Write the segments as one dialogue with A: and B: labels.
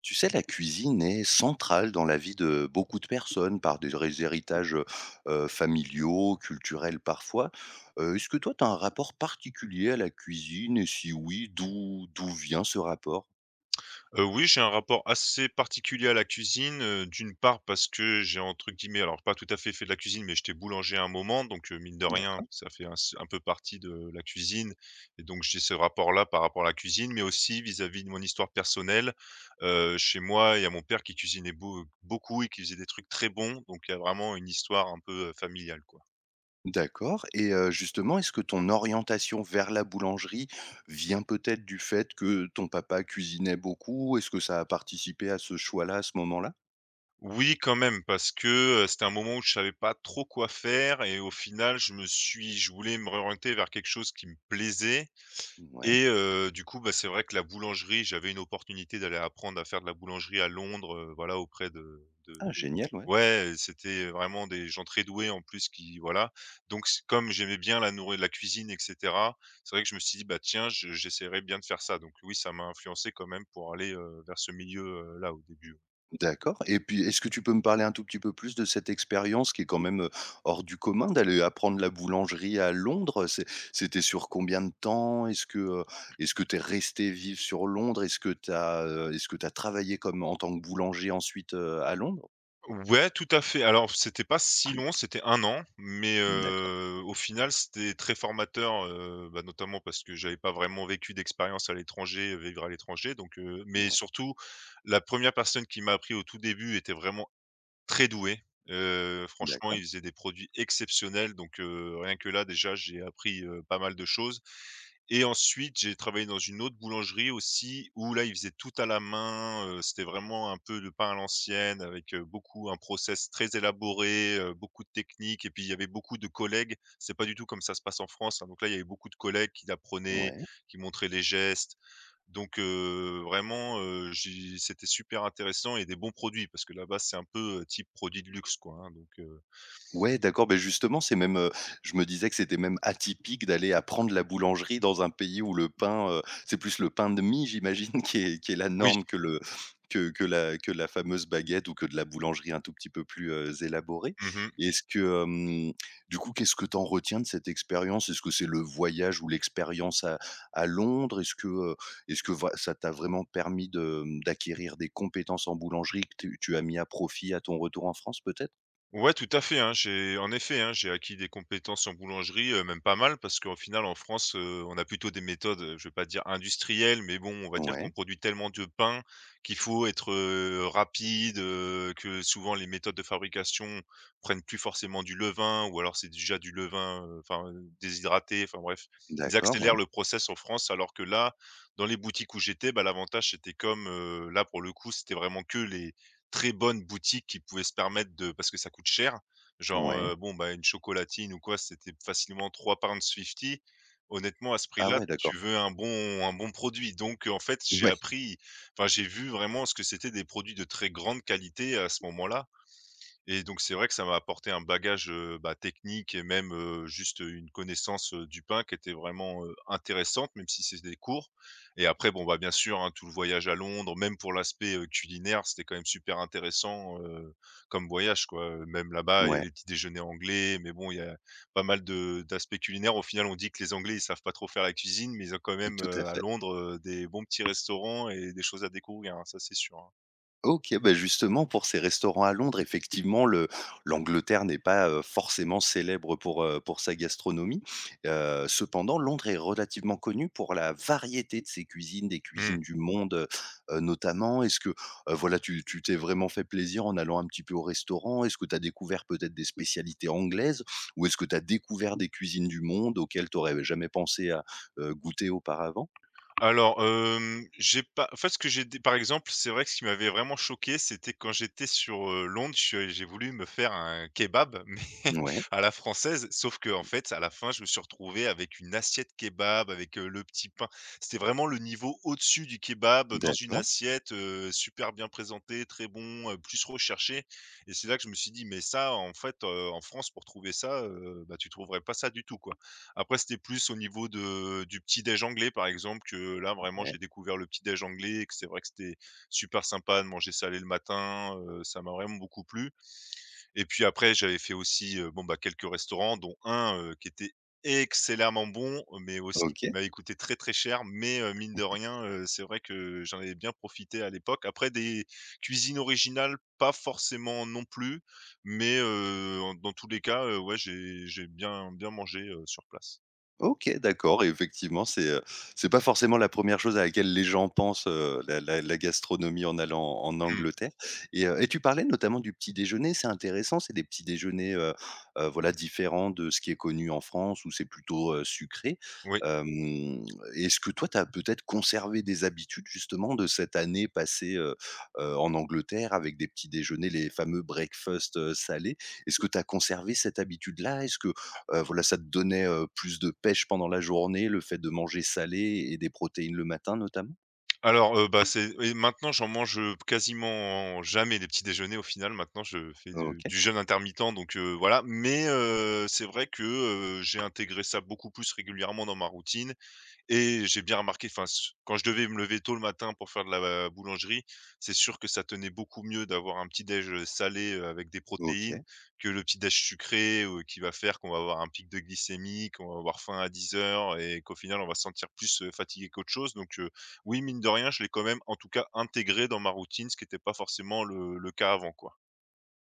A: Tu sais, la cuisine est centrale dans la vie de beaucoup de personnes par des héritages familiaux, culturels parfois. Est-ce que toi, tu as un rapport particulier à la cuisine? Et si oui, d'où vient ce rapport?
B: Oui, j'ai un rapport assez particulier à la cuisine, d'une part parce que j'ai, entre guillemets, alors pas tout à fait fait de la cuisine, mais j'étais boulanger à un moment, donc mine de rien,
A: D'accord.
B: ça fait un peu partie de la cuisine et donc j'ai ce rapport-là par rapport à la cuisine, mais aussi vis-à-vis de mon histoire personnelle. Chez moi, il y a mon père qui cuisinait beaucoup et qui faisait des trucs très bons, donc il y a vraiment une histoire un peu, familiale, quoi.
A: D'accord. Et justement, est-ce que ton orientation vers la boulangerie vient peut-être du fait que ton papa cuisinait beaucoup? Est-ce que ça a participé à ce choix-là, à ce moment-là?
B: Oui, quand même, parce que, c'était un moment où je savais pas trop quoi faire, et au final, je voulais me réorienter vers quelque chose qui me plaisait,
A: Ouais.
B: et du coup, bah, c'est vrai que la boulangerie, j'avais une opportunité d'aller apprendre à faire de la boulangerie à Londres, voilà, auprès de de
A: Ah,
B: de
A: génial, ouais.
B: ouais, c'était vraiment des gens très doués en plus qui voilà. Donc c comme j'aimais bien la nourriture, la cuisine, et cetera, c'est vrai que je me suis dit: «Bah, tiens, je j'essaierai bien de faire ça». Donc oui, ça m'a influencé quand même pour aller, vers ce milieu, là, au début, ouais.
A: D'accord. Et puis, est-ce que tu peux me parler un tout petit peu plus de cette expérience qui est quand même, hors du commun, d'aller apprendre la boulangerie à Londres? C'est, c'était sur combien de temps? Est-ce que tu es restée vivre sur Londres? Est-ce que tu as, est-ce que tu travaillé comme en tant que boulanger ensuite, à Londres?
B: Ouais, tout à fait. Alors, c'était pas si long, c'était un an, mais
A: D'accord,
B: au final, c'était très formateur, bah, notamment parce que j'avais pas vraiment vécu d'expérience à l'étranger, vivre à l'étranger, donc mais
A: ouais,
B: surtout la première personne qui m'a appris au tout début était vraiment très doué. Franchement,
A: d'accord,
B: il faisait des produits exceptionnels, donc rien que là déjà j'ai appris, pas mal de choses, et ensuite j'ai travaillé dans une autre boulangerie aussi, où là, ils faisaient tout à la main. C'était vraiment un peu de pain à l'ancienne avec, beaucoup un process très élaboré, beaucoup de techniques, et puis il y avait beaucoup de collègues. C'est pas du tout comme ça se passe en France, hein, donc là, il y avait beaucoup de collègues qui l'apprenaient,
A: ouais.
B: qui montraient les gestes, donc vraiment, j'ai c'était super intéressant, et des bons produits parce que là-bas, c'est un peu, type produit de luxe, quoi, hein, donc
A: Ouais, d'accord. Ben justement, c'est même, je me disais que c'était même atypique d'aller apprendre la boulangerie dans un pays où le pain, c'est plus le pain de mie, j'imagine, qui est la
B: oui.
A: norme, que le que la fameuse baguette ou que de la boulangerie un tout petit peu plus, élaborée.
B: Mmh.
A: Est-ce que, du coup, qu'est-ce que t'en retiens de cette expérience? Est-ce que c'est le voyage ou l'expérience à Londres? Est-ce que va ça t'a vraiment permis de, d'acquérir des compétences en boulangerie que tu as mis à profit à ton retour en France, peut-être?
B: Ouais, tout à fait, hein. J'ai En effet, hein, j'ai acquis des compétences en boulangerie, même pas mal, parce qu'au final en France, on a plutôt des méthodes, je vais pas dire industrielles, mais bon, on va dire
A: Ouais.
B: qu'on produit tellement de pain qu'il faut être, rapide, que souvent les méthodes de fabrication prennent plus forcément du levain, ou alors c'est déjà du levain, enfin, déshydraté, enfin bref. Ils
A: D'accord, ouais,
B: accélèrent le process en France, alors que là, dans les boutiques où j'étais, bah, l'avantage c'était comme, là, pour le coup, c'était vraiment que les très bonnes boutiques qui pouvaient se permettre de, parce que ça coûte cher. Genre,
A: ouais.
B: heu, bon, bah, une chocolatine ou quoi, c'était facilement £3.50. Honnêtement, à ce
A: Ah
B: prix-là,
A: ouais, d'accord.
B: tu veux un bon produit. Donc, en fait,
A: Ouais,
B: enfin, j'ai vu vraiment ce que c'était des produits de très grande qualité à ce moment-là, et donc c'est vrai que ça m'a apporté un bagage, bah, technique, et même, juste, une connaissance, du pain qui était vraiment, intéressante, même si c'est des cours. Et après, bon, bah, bien sûr, hein, tout le voyage à Londres, même pour l'aspect, culinaire, c'était quand même super intéressant, comme voyage, quoi. Même là-bas, il y a
A: ouais,
B: les petits déjeuners anglais, mais bon, il y a pas mal de d'aspects culinaires. Au final, on dit que les Anglais, ils savent pas trop faire la cuisine, mais ils ont quand même,
A: tout à
B: heu, à
A: fait.
B: Londres, des bons petits restaurants et des choses à découvrir, hein, ça c'est sûr, hein.
A: OK, bah, justement pour ces restaurants à Londres, effectivement, le l'Angleterre n'est pas, forcément célèbre pour sa gastronomie. Cependant, Londres est relativement connue pour la variété de ses cuisines, des cuisines
B: Mmh.
A: du monde, notamment. Est-ce que, voilà, tu t'es vraiment fait plaisir en allant un petit peu au restaurant? Est-ce que tu as découvert peut-être des spécialités anglaises? Ou est-ce que tu as découvert des cuisines du monde auxquelles tu aurais jamais pensé à, goûter auparavant?
B: Alors, j'ai pas, en fait, ce que j'ai dé par exemple, c'est vrai que ce qui m'avait vraiment choqué, c'était quand j'étais sur, Londres, je suis j'ai voulu me faire un kebab,
A: Ouais,
B: à la française, sauf que en fait, à la fin, je me suis retrouvé avec une assiette kebab, avec, le petit pain. C'était vraiment le niveau au-dessus du kebab, dans une
A: d'accord,
B: assiette, super bien présentée, très bon, plus recherché. Et c'est là que je me suis dit: «Mais ça, en fait, en France, pour trouver ça, bah, tu trouverais pas ça du tout, quoi». Après, c'était plus au niveau de du petit-déj anglais, par exemple, que là, vraiment,
A: ouais,
B: j'ai découvert le petit-déj anglais, et que c'est vrai que c'était super sympa de manger salé le matin, ça m'a vraiment beaucoup plu, et puis après, j'avais fait aussi, bon, bah, quelques restaurants, dont un, qui était excellemment bon, mais aussi
A: OK.
B: qui m'avait coûté très, très cher. Mais, mine de rien, c'est vrai que j'en avais bien profité à l'époque. Après, des cuisines originales, pas forcément non plus, mais, en dans tous les cas, ouais, j'ai bien bien mangé, sur place.
A: OK, d'accord. Et effectivement, c'est pas forcément la première chose à laquelle les gens pensent, la gastronomie en allant en
B: Mmh.
A: Angleterre. Et et tu parlais notamment du petit déjeuner, c'est intéressant, c'est des petits déjeuners, voilà, différents de ce qui est connu en France où c'est plutôt, sucré.
B: Oui.
A: Hem, Est-ce que toi, tu as peut-être conservé des habitudes justement de cette année passée, en Angleterre, avec des petits déjeuners, les fameux breakfast, salés? Est-ce que tu as conservé cette habitude-là? Est-ce que voilà, ça te donnait, plus de pêche pendant la journée, le fait de manger salé et des protéines le matin notamment?
B: Alors, bah, c'est et maintenant j'en mange, quasiment jamais, des petits déjeuners au final. Maintenant je fais
A: OK,
B: du jeûne intermittent, donc voilà. Mais c'est vrai que, j'ai intégré ça beaucoup plus régulièrement dans ma routine, et j'ai bien remarqué, enfin, s quand je devais me lever tôt le matin pour faire de la boulangerie, c'est sûr que ça tenait beaucoup mieux d'avoir un petit déj, salé, avec des protéines,
A: OK,
B: que le petit déj sucré, ou qui va faire qu'on va avoir un pic de glycémie, qu'on va avoir faim à 10 heures et qu'au final, on va se sentir plus, fatigué qu'autre chose. Donc, oui, mine de rien, je l'ai quand même, en tout cas, intégré dans ma routine, ce qui était pas forcément le cas avant, quoi.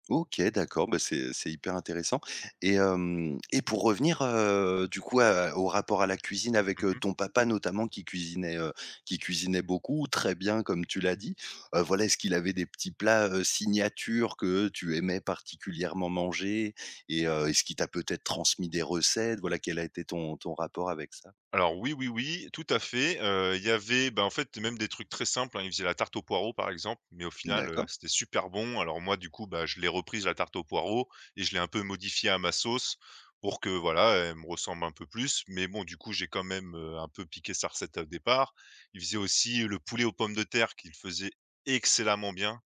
A: OK, d'accord. Bah, c'est hyper intéressant. Et hem et pour revenir, du coup, à au rapport à la cuisine avec,
B: Mmh.
A: ton papa notamment qui cuisinait beaucoup, très bien comme tu l'as dit. Voilà, est-ce qu'il avait des petits plats, signatures que tu aimais particulièrement manger? Et est-ce qu'il t'a peut-être transmis des recettes? Voilà, quel a été ton rapport avec ça?
B: Alors oui, oui, oui, tout à fait, il y avait, ben en fait, même des trucs très simples, hein. Ils faisaient la tarte aux poireaux, par exemple, mais au final,
A: D'accord,
B: c'était super bon. Alors moi, du coup, bah, je l'ai reprise, la tarte aux poireaux, et je l'ai un peu modifiée à ma sauce pour que, voilà, elle me ressemble un peu plus. Mais bon, du coup, j'ai quand même, un peu piqué sa recette au départ. Ils faisaient aussi le poulet aux pommes de terre, qu'ils faisaient excellemment bien.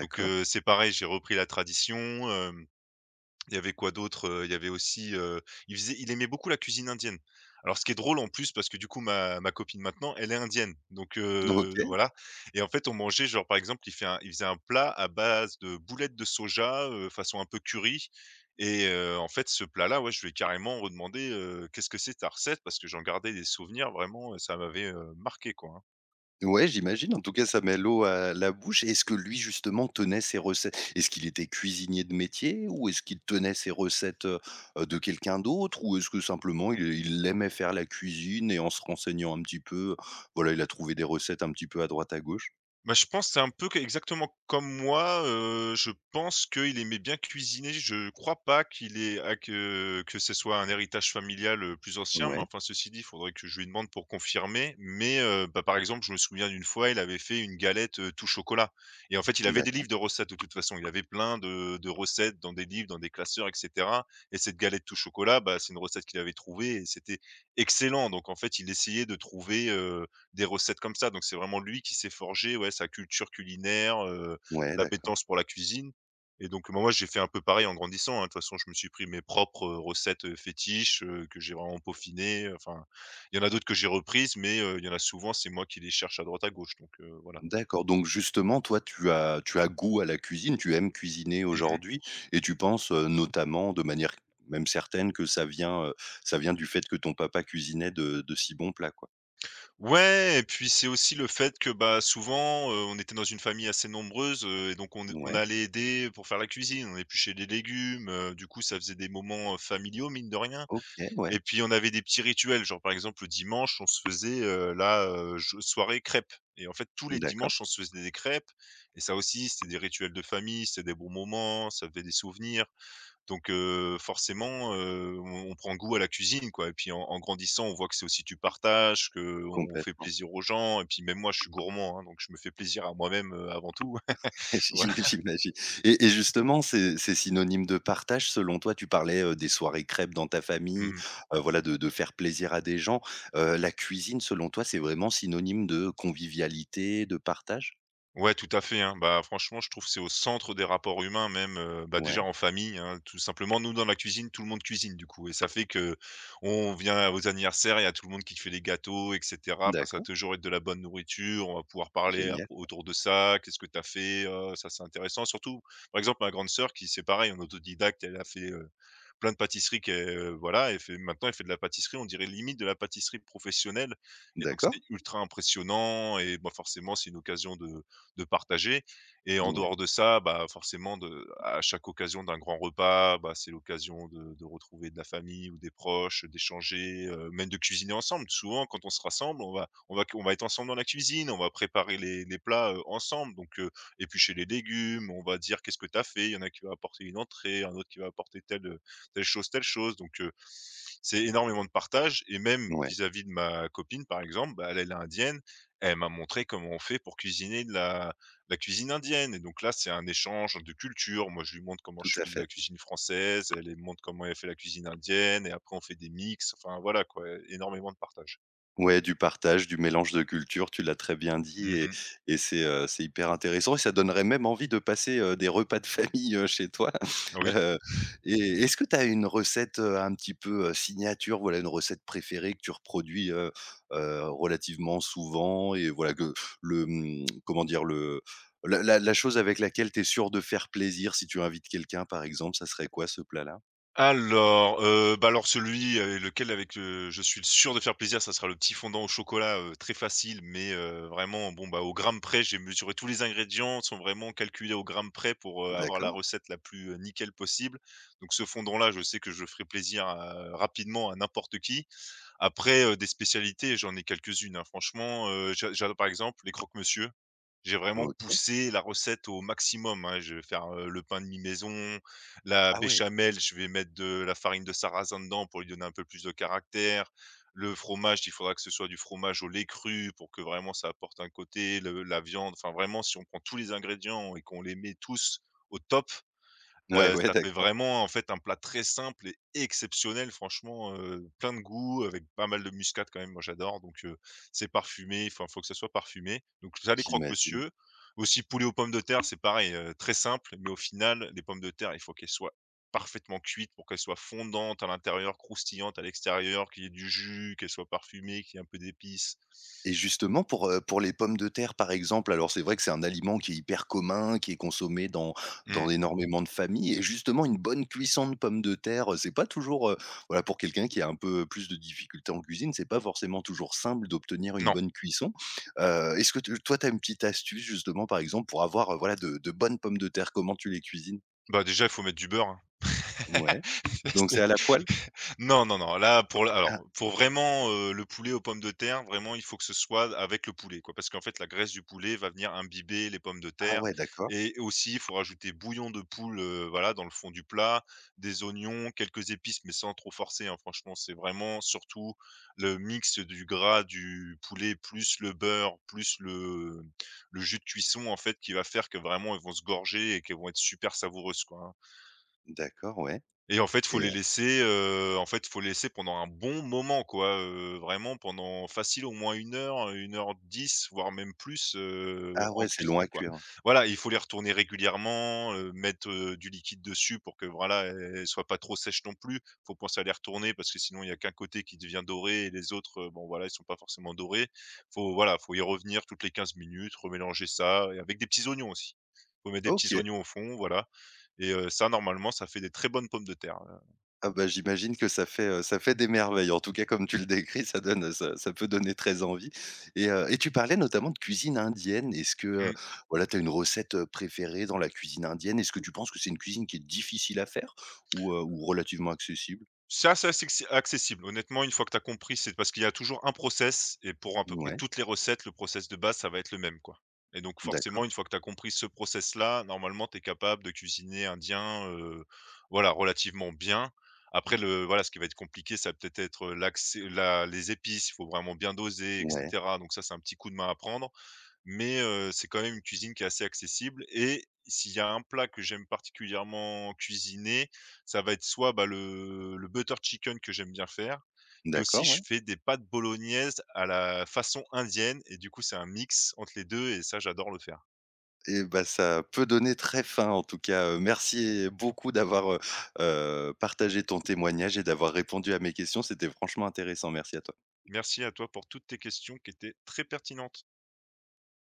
B: Donc c'est pareil, j'ai repris la tradition. Il y avait quoi d'autre? Il y avait aussi, il aimait beaucoup la cuisine indienne. Alors, ce qui est drôle en plus, parce que, du coup, ma copine maintenant, elle est indienne, donc
A: OK.
B: voilà, et en fait on mangeait, genre, par exemple, il faisait un plat à base de boulettes de soja, façon un peu curry, et en fait ce plat-là, ouais, je lui ai carrément redemandé: «Qu'est-ce que c'est ta recette?» Parce que j'en gardais des souvenirs vraiment, ça m'avait, marqué, quoi, hein.
A: Ouais, j'imagine. En tout cas, ça met l'eau à la bouche. Est-ce que lui, justement, tenait ses recettes? Est-ce qu'il était cuisinier de métier, ou est-ce qu'il tenait ses recettes, de quelqu'un d'autre? Ou est-ce que simplement il aimait faire la cuisine et, en se renseignant un petit peu, voilà, il a trouvé des recettes un petit peu à droite à gauche?
B: Bah, je pense c'est un peu que exactement comme moi, je pense qu'il aimait bien cuisiner. Je crois pas qu'il ait à que ce soit un héritage familial, plus ancien, mais
A: Ouais,
B: enfin, ceci dit, il faudrait que je lui demande pour confirmer. Mais, bah, par exemple, je me souviens d'une fois, il avait fait une galette, tout chocolat, et en fait, il avait des
A: d'accord.
B: livres de recettes, de toute façon. Il avait plein de recettes dans des livres, dans des classeurs, et cetera, et cette galette tout chocolat, bah, c'est une recette qu'il avait trouvée, et c'était excellent. Donc en fait, il essayait de trouver, des recettes comme ça, donc c'est vraiment lui qui s'est forgé, ouais, sa culture culinaire,
A: Ouais, d'accord.
B: l'appétence pour la cuisine, et donc moi, moi, j'ai fait un peu pareil en grandissant, hein. De toute façon, je me suis pris mes propres, recettes, fétiches, que j'ai vraiment peaufinées, enfin, il y en a d'autres que j'ai reprises, mais il y en a souvent, c'est moi qui les cherche à droite à gauche, donc voilà.
A: D'accord, donc justement, toi, tu as goût à la cuisine, tu aimes cuisiner
B: Mmh.
A: aujourd'hui et tu penses, notamment de manière même certaine que ça vient du fait que ton papa cuisinait de si bons plats, quoi?
B: Ouais, et puis c'est aussi le fait que, bah, souvent, on était dans une famille assez nombreuse, et donc on
A: Ouais,
B: allait aider pour faire la cuisine, on épluchait des légumes, du coup, ça faisait des moments, familiaux, mine de rien.
A: OK, ouais,
B: Et puis on avait des petits rituels, genre par exemple le dimanche, on se faisait la, j soirée crêpes et en fait tous les
A: d'accord,
B: dimanches, on se faisait des crêpes et ça aussi, c'était des rituels de famille, c'était des bons moments, ça faisait des souvenirs donc forcément, on prend goût à la cuisine, quoi et puis en grandissant, on voit que c'est aussi du partage, que on fait
A: complètement.
B: plaisir aux gens et puis même moi, je suis gourmand, hein, donc je me fais plaisir à moi-même, avant tout. Voilà.
A: J'imagine. Et justement, c'est synonyme de partage selon toi? Tu parlais, des soirées crêpes dans ta famille,
B: Mmh.
A: voilà, de faire plaisir à des gens. La cuisine, selon toi, c'est vraiment synonyme de convivialité, de partage?
B: Ouais, tout à fait, hein. Bah, franchement, je trouve que c'est au centre des rapports humains même, bah, déjà
A: Ouais,
B: en famille, hein, tout simplement. Nous, dans la cuisine, tout le monde cuisine du coup et ça fait que on vient aux anniversaires, il y a tout le monde qui fait les gâteaux et cetera. Enfin, ça va
A: d'accord,
B: toujours être de la bonne nourriture, on va pouvoir parler à
A: génial.
B: autour de ça. «Qu'est-ce que tu as fait?» Ça, c'est intéressant. Surtout, par exemple, ma grande sœur qui c'est pareil, en autodidacte, elle a fait, plein de pâtisseries que voilà, elle fait maintenant elle fait de la pâtisserie, on dirait limite de la pâtisserie professionnelle et donc
A: D'accord.
B: c'est ultra impressionnant et bah, forcément, c'est une occasion de partager et en
A: Ouais,
B: dehors de ça, bah, forcément de à chaque occasion d'un grand repas, bah, c'est l'occasion de retrouver de la famille ou des proches, d'échanger, même de cuisiner ensemble. Souvent, quand on se rassemble, on va être ensemble dans la cuisine, on va préparer les plats, ensemble donc éplucher les légumes, on va dire: «Qu'est-ce que tu as fait?» Il y en a qui va apporter une entrée, un autre qui va apporter telle chose, telle chose. Donc, c'est énormément de partage et même
A: ouais,
B: vis-à-vis de ma copine, par exemple, bah, elle est indienne. Elle m'a montré comment on fait pour cuisiner de la cuisine indienne et donc là, c'est un échange de culture. Moi, je lui montre comment je
A: tout à
B: fais de la
A: fait.
B: cuisine française, elle, elle me montre comment elle fait la cuisine indienne et après on fait des mix. Enfin, voilà quoi, énormément de partage.
A: Ouais, du partage, du mélange de cultures, tu l'as très bien dit. et
B: Mmh.
A: et c'est hyper intéressant et ça donnerait même envie de passer, des repas de famille, chez toi.
B: Oui.
A: Heu et est-ce que tu as une recette, un petit peu, signature, voilà, une recette préférée que tu reproduis, relativement souvent et voilà que le, comment dire? Le la chose avec laquelle tu es sûre de faire plaisir si tu invites quelqu'un, par exemple, ça serait quoi ce plat-là?
B: Alors, bah, celui avec lequel je suis sûr de faire plaisir, ça sera le petit fondant au chocolat, très facile, mais, vraiment bon, bah, au gramme près. J'ai mesuré tous les ingrédients, sont vraiment calculés au gramme près pour, avoir la
A: D'accord,
B: recette la plus, nickel possible. Donc ce fondant-là, je sais que je ferai plaisir à rapidement à n'importe qui. Après, des spécialités, j'en ai quelques-unes, hein, franchement, j'a j'a par exemple, les croque-monsieur. J'ai vraiment
A: OK.
B: poussé la recette au maximum, hein. Je vais faire, le pain de mi maison, la
A: Ah ouais!
B: béchamel, je vais mettre de la farine de sarrasin dedans pour lui donner un peu plus de caractère. Le fromage, il faudra que ce soit du fromage au lait cru pour que vraiment ça apporte un côté, le la viande, enfin vraiment si on prend tous les ingrédients et qu'on les met tous au top.
A: Ouais, ouais,
B: Ça fait
A: d'accord,
B: vraiment, en fait, un plat très simple et exceptionnel franchement, plein de goût avec pas mal de muscade quand même, moi j'adore donc c'est parfumé. Il faut que ça soit parfumé donc ça, les
A: j'imagine.
B: croque-monsieur. Aussi poulet aux pommes de terre, c'est pareil, très simple mais au final, les pommes de terre, il faut qu'elles soient parfaitement cuites pour qu'elles soient fondantes à l'intérieur, croustillantes à l'extérieur, qu'il y ait du jus, qu'elles soient parfumées, qu'il y ait un peu d'épices.
A: Et justement pour les pommes de terre, par exemple, alors c'est vrai que c'est un aliment qui est hyper commun, qui est consommé dans
B: Mmh.
A: dans énormément de familles, et justement une bonne cuisson de pommes de terre, c'est pas toujours, voilà, pour quelqu'un qui a un peu plus de difficultés en cuisine, c'est pas forcément toujours simple d'obtenir une
B: Non,
A: bonne cuisson. Est-ce que te toi, tu as une petite astuce justement, par exemple, pour avoir, voilà, de bonnes pommes de terre? Comment tu les cuisines?
B: bah, déjà, il faut mettre du beurre, hein.
A: Ouais, donc c'est à la poêle?
B: Non, non, non, là,
A: Ah
B: pour vraiment, le poulet aux pommes de terre, vraiment, il faut que ce soit avec le poulet, quoi. Parce qu'en fait, la graisse du poulet va venir imbiber les pommes de
A: ah
B: terre
A: ouais, d'accord,
B: et aussi, il faut rajouter bouillon de poule, voilà, dans le fond du plat, des oignons, quelques épices, mais sans trop forcer, hein. Franchement, c'est vraiment surtout le mix du gras du poulet, plus le beurre, plus le jus de cuisson, en fait, qui va faire que, vraiment, elles vont se gorger et qu'elles vont être super savoureuses, quoi, hein.
A: d'accord, ouais.
B: Et en fait,
A: Et
B: faut les laisser pendant un bon moment, quoi, vraiment pendant facile au moins 1 heure, 1 h 10, voire même plus,
A: ah
B: en
A: ouais, c'est long
B: cuisson,
A: à
B: quoi.
A: cuire, ouais.
B: Voilà, il faut les retourner régulièrement, mettre, du liquide dessus pour que, voilà, elles soient pas trop sèches non plus. Faut penser à les retourner parce que sinon il y a qu'un côté qui devient doré et les autres, bon, voilà, ils sont pas forcément dorés. Faut, voilà, faut y revenir toutes les 15 minutes, remélanger ça et avec des petits oignons aussi. Faut mettre des petits
A: OK.
B: oignons au fond, voilà et ça normalement, ça fait des très bonnes pommes de terre.
A: Ah bah, j'imagine que ça fait des merveilles. En tout cas, comme tu le décris, ça donne, ça peut donner très envie. Et et tu parlais notamment de cuisine indienne. Est-ce que,
B: Mmh.
A: voilà, tu as une recette, préférée dans la cuisine indienne? Est-ce que tu penses que c'est une cuisine qui est difficile à faire, ou relativement accessible?
B: C'est assez accessible. Honnêtement, une fois que tu as compris, c'est parce qu'il y a toujours un process et pour à peu près
A: Ouais,
B: toutes les recettes, le process de base, ça va être le même, quoi. Et donc
A: d'accord.
B: forcément, une fois que tu as compris ce process-là, normalement, tu es capable de cuisiner indien, voilà, relativement bien. Après le voilà, ce qui va être compliqué, ça va peut-être être l'accès la les épices, il faut vraiment bien doser et
A: Ouais,
B: cetera. Donc ça, c'est un petit coup de main à prendre. Mais c'est quand même une cuisine qui est assez accessible et s'il y a un plat que j'aime particulièrement cuisiner, ça va être soit, bah, le butter chicken que j'aime bien faire, mais aussi
A: d'accord,
B: je
A: ouais.
B: fais des pâtes bolognaises à la façon indienne et du coup, c'est un mix entre les 2, et ça, j'adore le faire.
A: Et bah, ça peut donner très faim en tout cas. Merci beaucoup d'avoir, partagé ton témoignage et d'avoir répondu à mes questions. C'était franchement intéressant. Merci à toi.
B: Merci à toi pour toutes tes questions qui étaient très pertinentes.